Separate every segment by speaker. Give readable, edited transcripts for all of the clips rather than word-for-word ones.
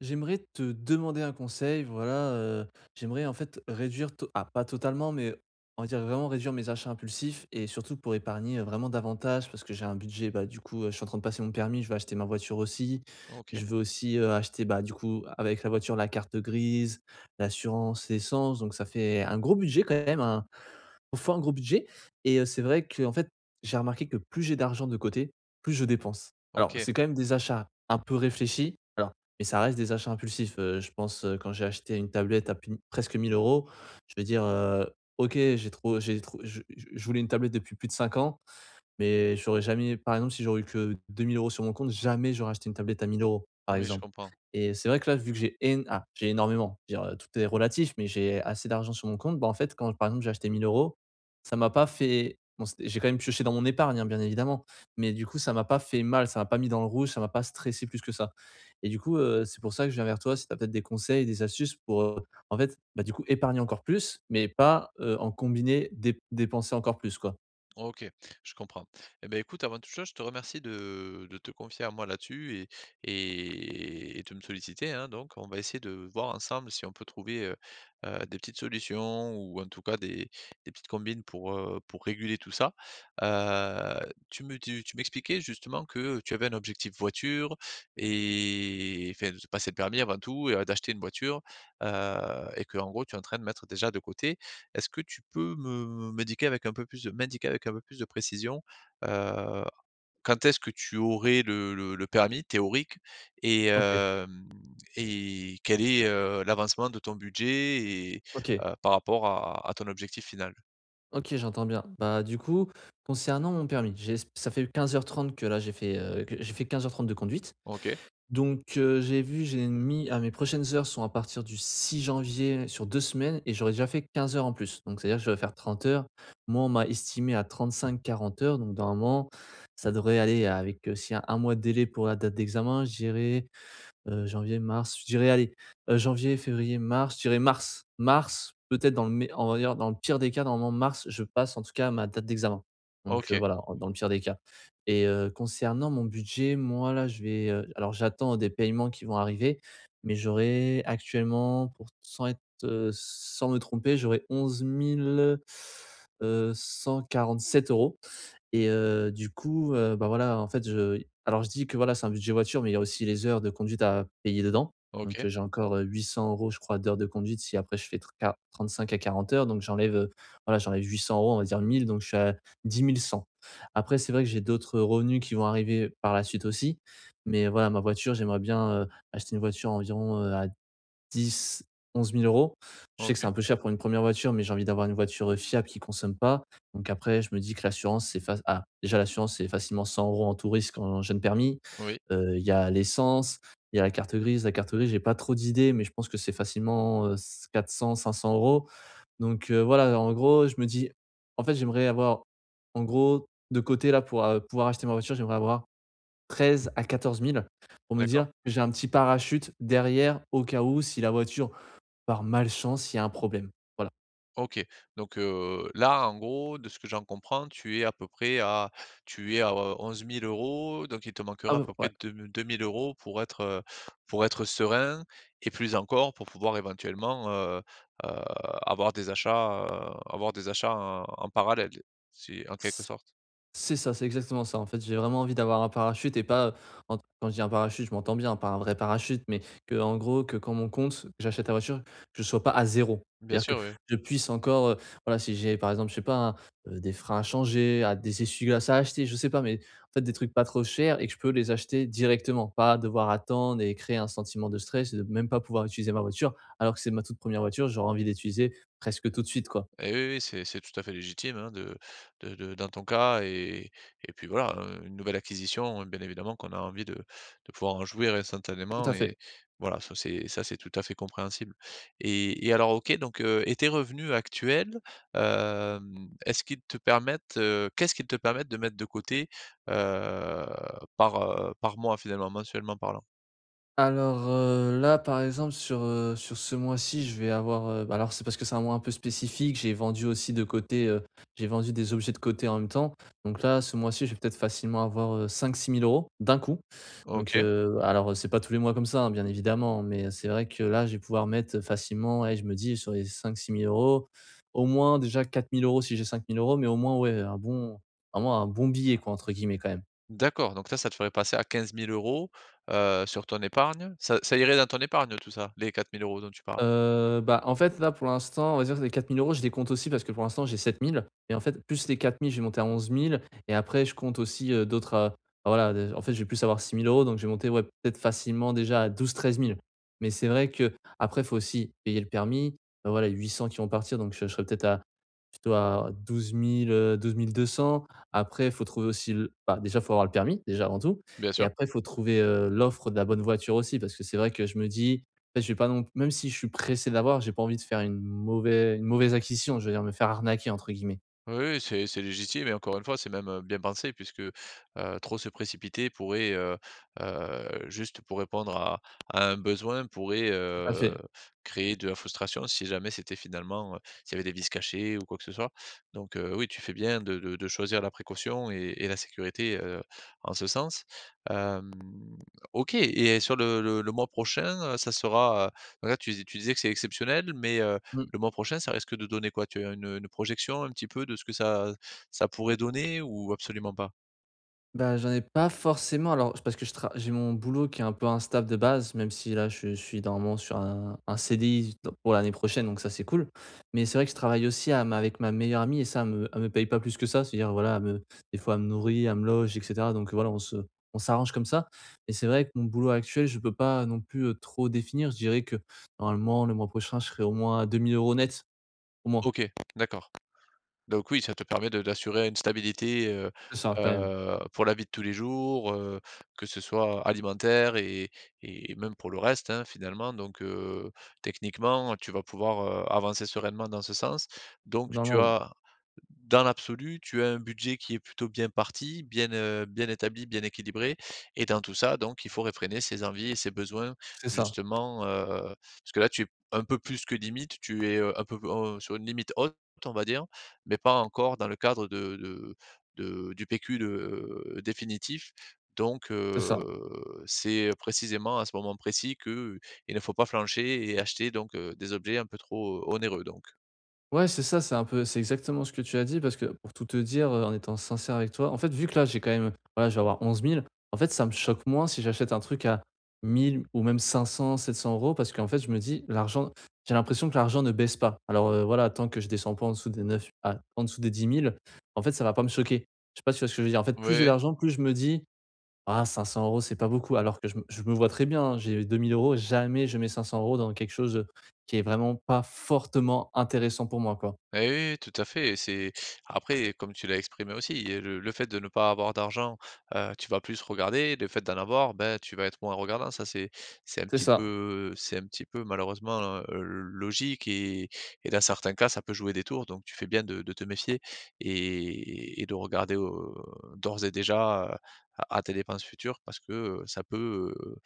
Speaker 1: J'aimerais te demander un conseil, voilà, j'aimerais en fait réduire to ah pas totalement, mais on va dire vraiment réduire mes achats impulsifs et surtout pour épargner, vraiment davantage parce que j'ai un budget, bah, du coup, je suis en train de passer mon permis, je veux acheter ma voiture aussi.
Speaker 2: OK,
Speaker 1: Je veux aussi, acheter, bah, du coup, avec la voiture, la carte grise, l'assurance, l'essence, donc ça fait un gros budget quand même, hein. Faut un gros budget. Et c'est vrai que en fait, j'ai remarqué que plus j'ai d'argent de côté, plus je dépense. Alors,
Speaker 2: OK.
Speaker 1: c'est quand même des achats un peu réfléchis, alors mais ça reste des achats impulsifs, je pense, quand j'ai acheté une tablette à plus presque 1 000 €, je veux dire, OK, j'ai trop je voulais une tablette depuis plus de 5 ans, mais j'aurais jamais par exemple, si j'aurais eu que 2 000 € sur mon compte, jamais j'aurais acheté une tablette à 1 euros par
Speaker 2: Oui, je
Speaker 1: exemple.
Speaker 2: comprends.
Speaker 1: Et c'est vrai que là, vu que j'ai énormément, je veux dire, tout est relatif, mais j'ai assez d'argent sur mon compte. Bah, en fait, quand par exemple, j'ai acheté 1 euros, ça m'a pas fait bon, c'était j'ai quand même pioché dans mon épargne, hein, bien évidemment, mais du coup, ça m'a pas fait mal, ça m'a pas mis dans le rouge, ça m'a pas stressé plus que ça. Et du coup, c'est pour ça que je viens vers toi, si tu as peut-être des conseils, des astuces pour, en fait, bah, du coup, épargner encore plus, mais pas, en combiner dép dépenser encore plus, quoi.
Speaker 2: OK, je comprends. Et ben écoute, avant toute chose, je te remercie de te confier à moi là-dessus et de me solliciter, hein, donc on va essayer de voir ensemble si on peut trouver, des petites solutions ou en tout cas des petites combines pour réguler tout ça. Heu, tu m'expliquais justement que tu avais un objectif voiture et enfin, de passer le permis avant tout et, d'acheter une voiture, et que en gros, tu es en train de mettre déjà de côté. Est-ce que tu peux me m'indiquer avec un peu plus de m'indiquer avec un peu plus de précision, heu, quand est-ce que tu aurais le permis théorique et
Speaker 1: OK,
Speaker 2: hem et quel est, l'avancement de ton budget et,
Speaker 1: OK.
Speaker 2: par rapport à ton objectif final?
Speaker 1: OK, j'entends bien. Bah, du coup, concernant mon permis, j'ai s ça fait 15h30 que j'ai fait 15h30 de conduite.
Speaker 2: OK,
Speaker 1: Donc, j'ai vu, j'ai mis à mes prochaines heures sont à partir du 6 janvier sur 2 semaines et j'aurais déjà fait 15 heures en plus. Donc c'est-à-dire que je vais faire 30 heures. Moi, on m'a estimé à 35 à 40 heures, donc normalement, ça devrait aller avec, un y mois de délai pour la date d'examen, je dirais. Janvier, mars, je dirais allez, janvier, février, mars, je dirais mars. Mars, peut-être dans le mé on va dire dans le pire des cas, normalement mars, je passe en tout cas à ma date d'examen. Donc
Speaker 2: OK,
Speaker 1: voilà, en dans le pire des cas. Et concernant mon budget, moi là, je vais, alors j'attends des paiements qui vont arriver, mais j'aurai actuellement pour sans être, sans me tromper, j'aurai 11 000 147 €. Et du coup, bah, voilà, en fait, je alors je dis que voilà, c'est un budget voiture, mais il y a aussi les heures de conduite à payer dedans. Donc,
Speaker 2: OK,
Speaker 1: j'ai encore, 800 € je crois d'heures de conduite. Si après je fais tr qua 35 à 40 heures, donc j'enlève, voilà, j'enlève 800 €, on va dire 1 000, donc je suis à 10 100. Après c'est vrai que j'ai d'autres revenus qui vont arriver par la suite aussi, mais voilà, ma voiture, j'aimerais bien, acheter une voiture environ, à 10-11 000 euros. Je sais que c'est
Speaker 2: OK,
Speaker 1: un peu cher pour une première voiture, mais j'ai envie d'avoir une voiture, fiable qui consomme pas. Donc après, je me dis que l'assurance, c'est fac ah, déjà l'assurance, c'est facilement 100 € en tout risque en jeune permis.
Speaker 2: oui,
Speaker 1: Il y a l'essence, il y a la carte grise. La carte grise, j'ai pas trop d'idées, mais je pense que c'est facilement, c 400-500 euros. Donc voilà, en gros, je me dis en fait, j'aimerais avoir, en gros, de côté là pour, pouvoir acheter ma voiture, j'aimerais avoir 13 à 14 000 pour me dire
Speaker 2: d'accord.
Speaker 1: que j'ai un petit parachute derrière au cas où si la voiture par malchance, il y a un problème. Voilà.
Speaker 2: OK. Donc, là, en gros, de ce que j'en comprends, tu es à 11 000 €, donc il te
Speaker 1: Ah
Speaker 2: manquera à
Speaker 1: b
Speaker 2: peu près
Speaker 1: ouais.
Speaker 2: deux mille 2 000 € pour être, heu, pour être serein et plus encore pour pouvoir éventuellement, heu, avoir des achats, avoir des achats en parallèle, si en quelque
Speaker 1: C
Speaker 2: sorte.
Speaker 1: c'est ça, c'est exactement ça, en fait. J'ai vraiment envie d'avoir un parachute et pas, en quand je dis un parachute, je m'entends bien, pas un vrai parachute, mais que en gros, que quand mon compte, que j'achète la voiture, que je sois pas à zéro.
Speaker 2: Bien
Speaker 1: C'est-à-dire que
Speaker 2: sûr, oui.
Speaker 1: je puisse encore, voilà, si j'ai par exemple, je sais pas, hein, des freins à changer, à des essuie-glaces à acheter, je sais pas, mais en fait des trucs pas trop chers et que je peux les acheter directement, pas devoir attendre et créer un sentiment de stress et de même pas pouvoir utiliser ma voiture alors que c'est ma toute première voiture, j'aurais envie d'utiliser presque tout de suite, quoi.
Speaker 2: Et oui, oui, c'est tout à fait légitime, hein, de dans ton cas et puis voilà, une nouvelle acquisition, bien évidemment qu'on a envie de pouvoir en jouir
Speaker 1: Tout
Speaker 2: instantanément
Speaker 1: à fait.
Speaker 2: et voilà, ça c'est tout à fait compréhensible. Et alors OK, donc et tes revenus actuels, est-ce qu'ils te permettent, qu'est-ce qu'ils te permettent de mettre de côté, heu, par mois finalement, mensuellement parlant?
Speaker 1: Alors, là, par exemple, sur, sur ce mois-ci, je vais avoir, bah, alors c'est parce que c'est un mois un peu spécifique, j'ai vendu des objets de côté en même temps. Donc là, ce mois-ci, je vais peut-être facilement avoir, 5-6 000 € d'un coup. Donc,
Speaker 2: OK.
Speaker 1: alors, c'est pas tous les mois comme ça, hein, bien évidemment, mais c'est vrai que là, je vais pouvoir mettre facilement, ouais, je me dis sur les cinq six mille euros, au moins déjà 4 000 € si j'ai cinq mille euros. Mais au moins, ouais, un bon vraiment un «bon billet» quoi, entre guillemets, quand même.
Speaker 2: D'accord, donc ça te ferait passer à 15 000 euros, sur ton épargne. Ça irait dans ton épargne, tout ça, les 4 000 euros dont tu parles?
Speaker 1: Bah, en fait, là, pour l'instant, on va dire que les 4 000 €, je les compte aussi parce que pour l'instant, j'ai 7 000 et en fait, plus les 4 000, je vais monter à 11 000. Et après, je compte aussi, d'autres, voilà, de en fait, je vais plus avoir 6 000 €, donc je vais monter, ouais, peut-être facilement déjà à 12, 13 000. Mais c'est vrai que qu'après, faut aussi payer le permis, voilà, 800 qui vont partir, donc je serai peut-être à plutôt à 12 douze mille deux cents. Après, il faut trouver aussi le bah, déjà, il faut avoir le permis, déjà, avant tout
Speaker 2: Bien
Speaker 1: et
Speaker 2: sûr.
Speaker 1: après, il faut trouver, l'offre de la bonne voiture aussi parce que c'est vrai que je me dis: Beh, je vais pas non même si je suis pressé d'avoir, j'ai pas envie de faire une mauvaise acquisition, je veux dire me faire «arnaquer» entre guillemets.
Speaker 2: Oui, oui, c'est légitime et encore une fois, c'est même, bien pensé puisque, trop se précipiter pourrait, juste pour répondre à un besoin, pourrait,
Speaker 1: Tout à fait.
Speaker 2: créer de la frustration si jamais c'était finalement, s'il y avait des vices cachés ou quoi que ce soit. Donc, oui, tu fais bien de choisir la précaution et la sécurité, en ce sens. Hem, OK, et sur le mois prochain, ça sera, donc là tu dis tu disais que c'est exceptionnel mais,
Speaker 1: Mmh.
Speaker 2: le mois prochain, ça risque de donner quoi? Tu as une projection un petit peu de ce que ça pourrait donner ou absolument pas?
Speaker 1: Bah, j'en ai pas forcément alors parce que je tra j'ai mon boulot qui est un peu instable de base, même si là je suis normalement sur un CDI pour l'année prochaine, donc ça c'est cool. Mais c'est vrai que je travaille aussi à ma avec ma meilleure amie et ça elle me paye pas plus que ça. C'est-à-dire voilà, elle me, des fois elle me nourrit, elle me loge et cetera, donc voilà, on s'arrange comme ça. Et c'est vrai que mon boulot actuel, je peux pas non plus, trop définir. Je dirais que normalement le mois prochain, je serai au moins à 2 000 € net, au moins.
Speaker 2: OK, d'accord. Donc oui, ça te permet de d'assurer une stabilité,
Speaker 1: C'est ça quand même.
Speaker 2: pour la vie de tous les jours, que ce soit alimentaire et même pour le reste, hein, finalement. Donc, techniquement, tu vas pouvoir, avancer sereinement dans ce sens. Donc tu
Speaker 1: Normalement oui.
Speaker 2: as dans l'absolu, tu as un budget qui est plutôt bien parti, bien établi, bien équilibré et dans tout ça, donc il faut réfréner ses envies et ses besoins
Speaker 1: C'est ça,
Speaker 2: justement, parce que là, tu es un peu plus que limite, tu es, un peu, sur une limite haute, on va dire, mais pas encore dans le cadre de du PQ de définitif. Donc,
Speaker 1: c'est ça.
Speaker 2: c'est précisément à ce moment précis qu'il ne faut pas flancher et acheter donc, des objets un peu trop onéreux donc.
Speaker 1: Ouais, c'est ça, c'est un peu c'est exactement ce que tu as dit parce que pour tout te dire, en étant sincère avec toi, en fait, vu que là, j'ai quand même voilà, je vais avoir 11 000, en fait, ça me choque moins si j'achète un truc à 1 000 ou même 500, 700 € parce qu'en fait, je me dis: «L'argent», j'ai l'impression que l'argent ne baisse pas. Alors, voilà, tant que je descends pas en dessous en dessous des 10 000, en fait, ça va pas me choquer. Je sais pas si tu vois ce que je veux dire? En fait, plus j'ai
Speaker 2: Oui.
Speaker 1: d'argent, plus je me dis: «Ah 500 € c'est pas beaucoup», alors que je me vois très bien, hein, j'ai 2 000 €, jamais je mets 500 € dans quelque chose, qui est vraiment pas fortement intéressant pour moi, quoi.
Speaker 2: Eh oui, oui, tout à fait, et c'est après comme tu l'as exprimé aussi, le fait de ne pas avoir d'argent, tu vas plus regarder, le fait d'en avoir, ben, tu vas être moins regardant. Ça c'est un
Speaker 1: C'est
Speaker 2: petit
Speaker 1: ça.
Speaker 2: peu malheureusement, logique, et dans certains cas, ça peut jouer des tours donc tu fais bien de te méfier et de regarder, d'ores et déjà, à tes dépenses futures parce que ça peut,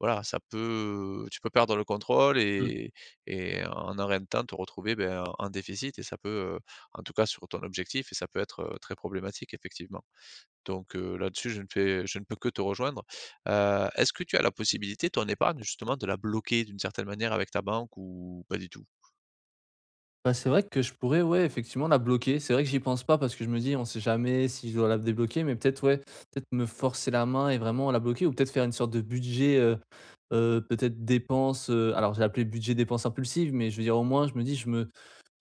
Speaker 2: voilà, ça peut... tu peux perdre le contrôle
Speaker 1: Mmh.
Speaker 2: et en de temps te retrouver, beh, en déficit et ça peut, en tout cas, sur ton objectif, et ça peut être, très problématique effectivement. Donc, là-dessus, je ne peux que te rejoindre. Est-ce que tu as la possibilité, ton épargne, justement, de la bloquer d'une certaine manière avec ta banque, ou pas du tout?
Speaker 1: Bah, c'est vrai que je pourrais, ouais, effectivement la bloquer. C'est vrai que j'y pense pas parce que je me dis: «On sait jamais si je dois la débloquer» mais peut-être, ouais, peut-être me forcer la main et vraiment la bloquer ou peut-être faire une sorte de budget, peut-être dépenses, alors j'ai appelé budget dépenses impulsives, mais je veux dire au moins je me dis: «Je me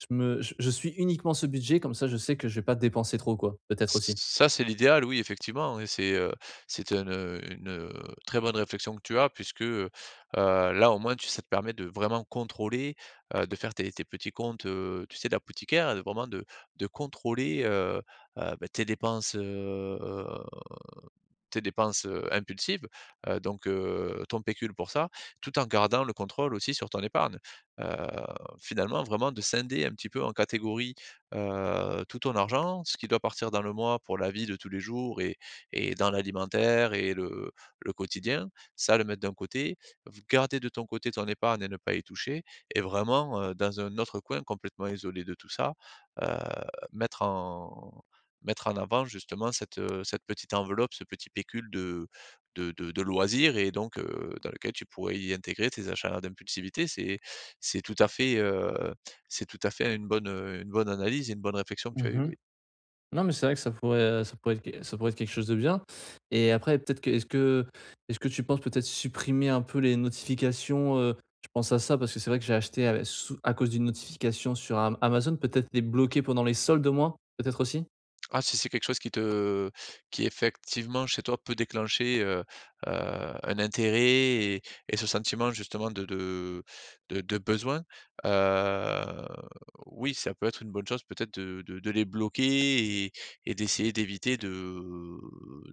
Speaker 1: je me je suis uniquement ce budget», comme ça je sais que je vais pas dépenser trop quoi, peut-être aussi.
Speaker 2: Ça, c'est l'idéal, oui, effectivement, et c'est une, très bonne réflexion que tu as, puisque, là, au moins, tu ça te permet de vraiment contrôler, de faire tes petits comptes, tu sais, d'apothicaire, de vraiment de contrôler, bah, tes dépenses, impulsives, donc, ton pécule pour ça, tout en gardant le contrôle aussi sur ton épargne. Heu, finalement, vraiment de scinder un petit peu en catégories, tout ton argent, ce qui doit partir dans le mois pour la vie de tous les jours et dans l'alimentaire et le quotidien, ça le mettre d'un côté, v garder de ton côté ton épargne et ne pas y toucher, et vraiment, dans un autre coin complètement isolé de tout ça, heu, mettre en mettre en avant justement cette petite enveloppe, ce petit pécule de loisirs, et donc, dans lequel tu pourrais y intégrer tes achats d'impulsivité. C'est tout à fait, heu, c'est tout à fait une bonne analyse et une bonne réflexion que tu as eue,
Speaker 1: Mmh.
Speaker 2: oui.
Speaker 1: Non, mais c'est vrai que ça pourrait être que ça pourrait être quelque chose de bien et après peut-être que est-ce que tu penses peut-être supprimer un peu les notifications? Je pense à ça parce que c'est vrai que j'ai acheté, sous à cause d'une notification sur Am Amazon, peut-être les bloquer pendant les soldes au moins? Peut-être aussi?
Speaker 2: Ah, si c'est quelque chose qui effectivement chez toi peut déclencher, heu, un intérêt et et ce sentiment justement de besoin, heu, oui, ça peut être une bonne chose, peut-être de les bloquer et d'essayer d'éviter de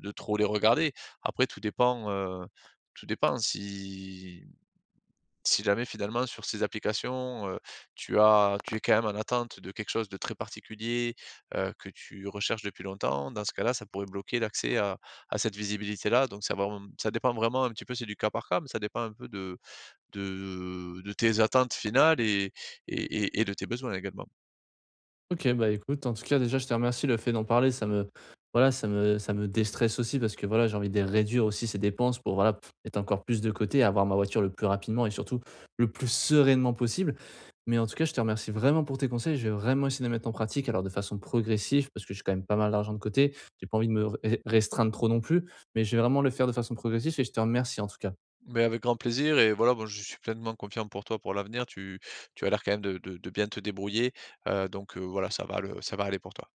Speaker 2: de trop les regarder. Après, tout dépend, tout dépend, si jamais finalement sur ces applications, tu es quand même en attente de quelque chose de très particulier, que tu recherches depuis longtemps; dans ce cas-là, ça pourrait bloquer l'accès à cette visibilité-là. Donc, ça dépend vraiment un petit peu, c'est du cas par cas, mais ça dépend un peu de tes attentes finales et de tes besoins également.
Speaker 1: OK, bah, écoute, en tout cas, déjà, je te remercie le fait d'en parler, ça me voilà, ça me déstresse aussi parce que, voilà, j'ai envie de réduire aussi ces dépenses pour, voilà, mettre encore plus de côté, avoir ma voiture le plus rapidement et surtout le plus sereinement possible. Mais en tout cas, je te remercie vraiment pour tes conseils, je vais vraiment essayer de les mettre en pratique, alors de façon progressive parce que j'ai quand même pas mal d'argent de côté. J'ai pas envie de me re restreindre trop non plus, mais je vais vraiment le faire de façon progressive et je te remercie en tout cas.
Speaker 2: Mais avec grand plaisir, et voilà, bon, je suis pleinement confiant pour toi pour l'avenir. Tu as l'air quand même de bien te débrouiller, donc, voilà, ça va aller pour toi.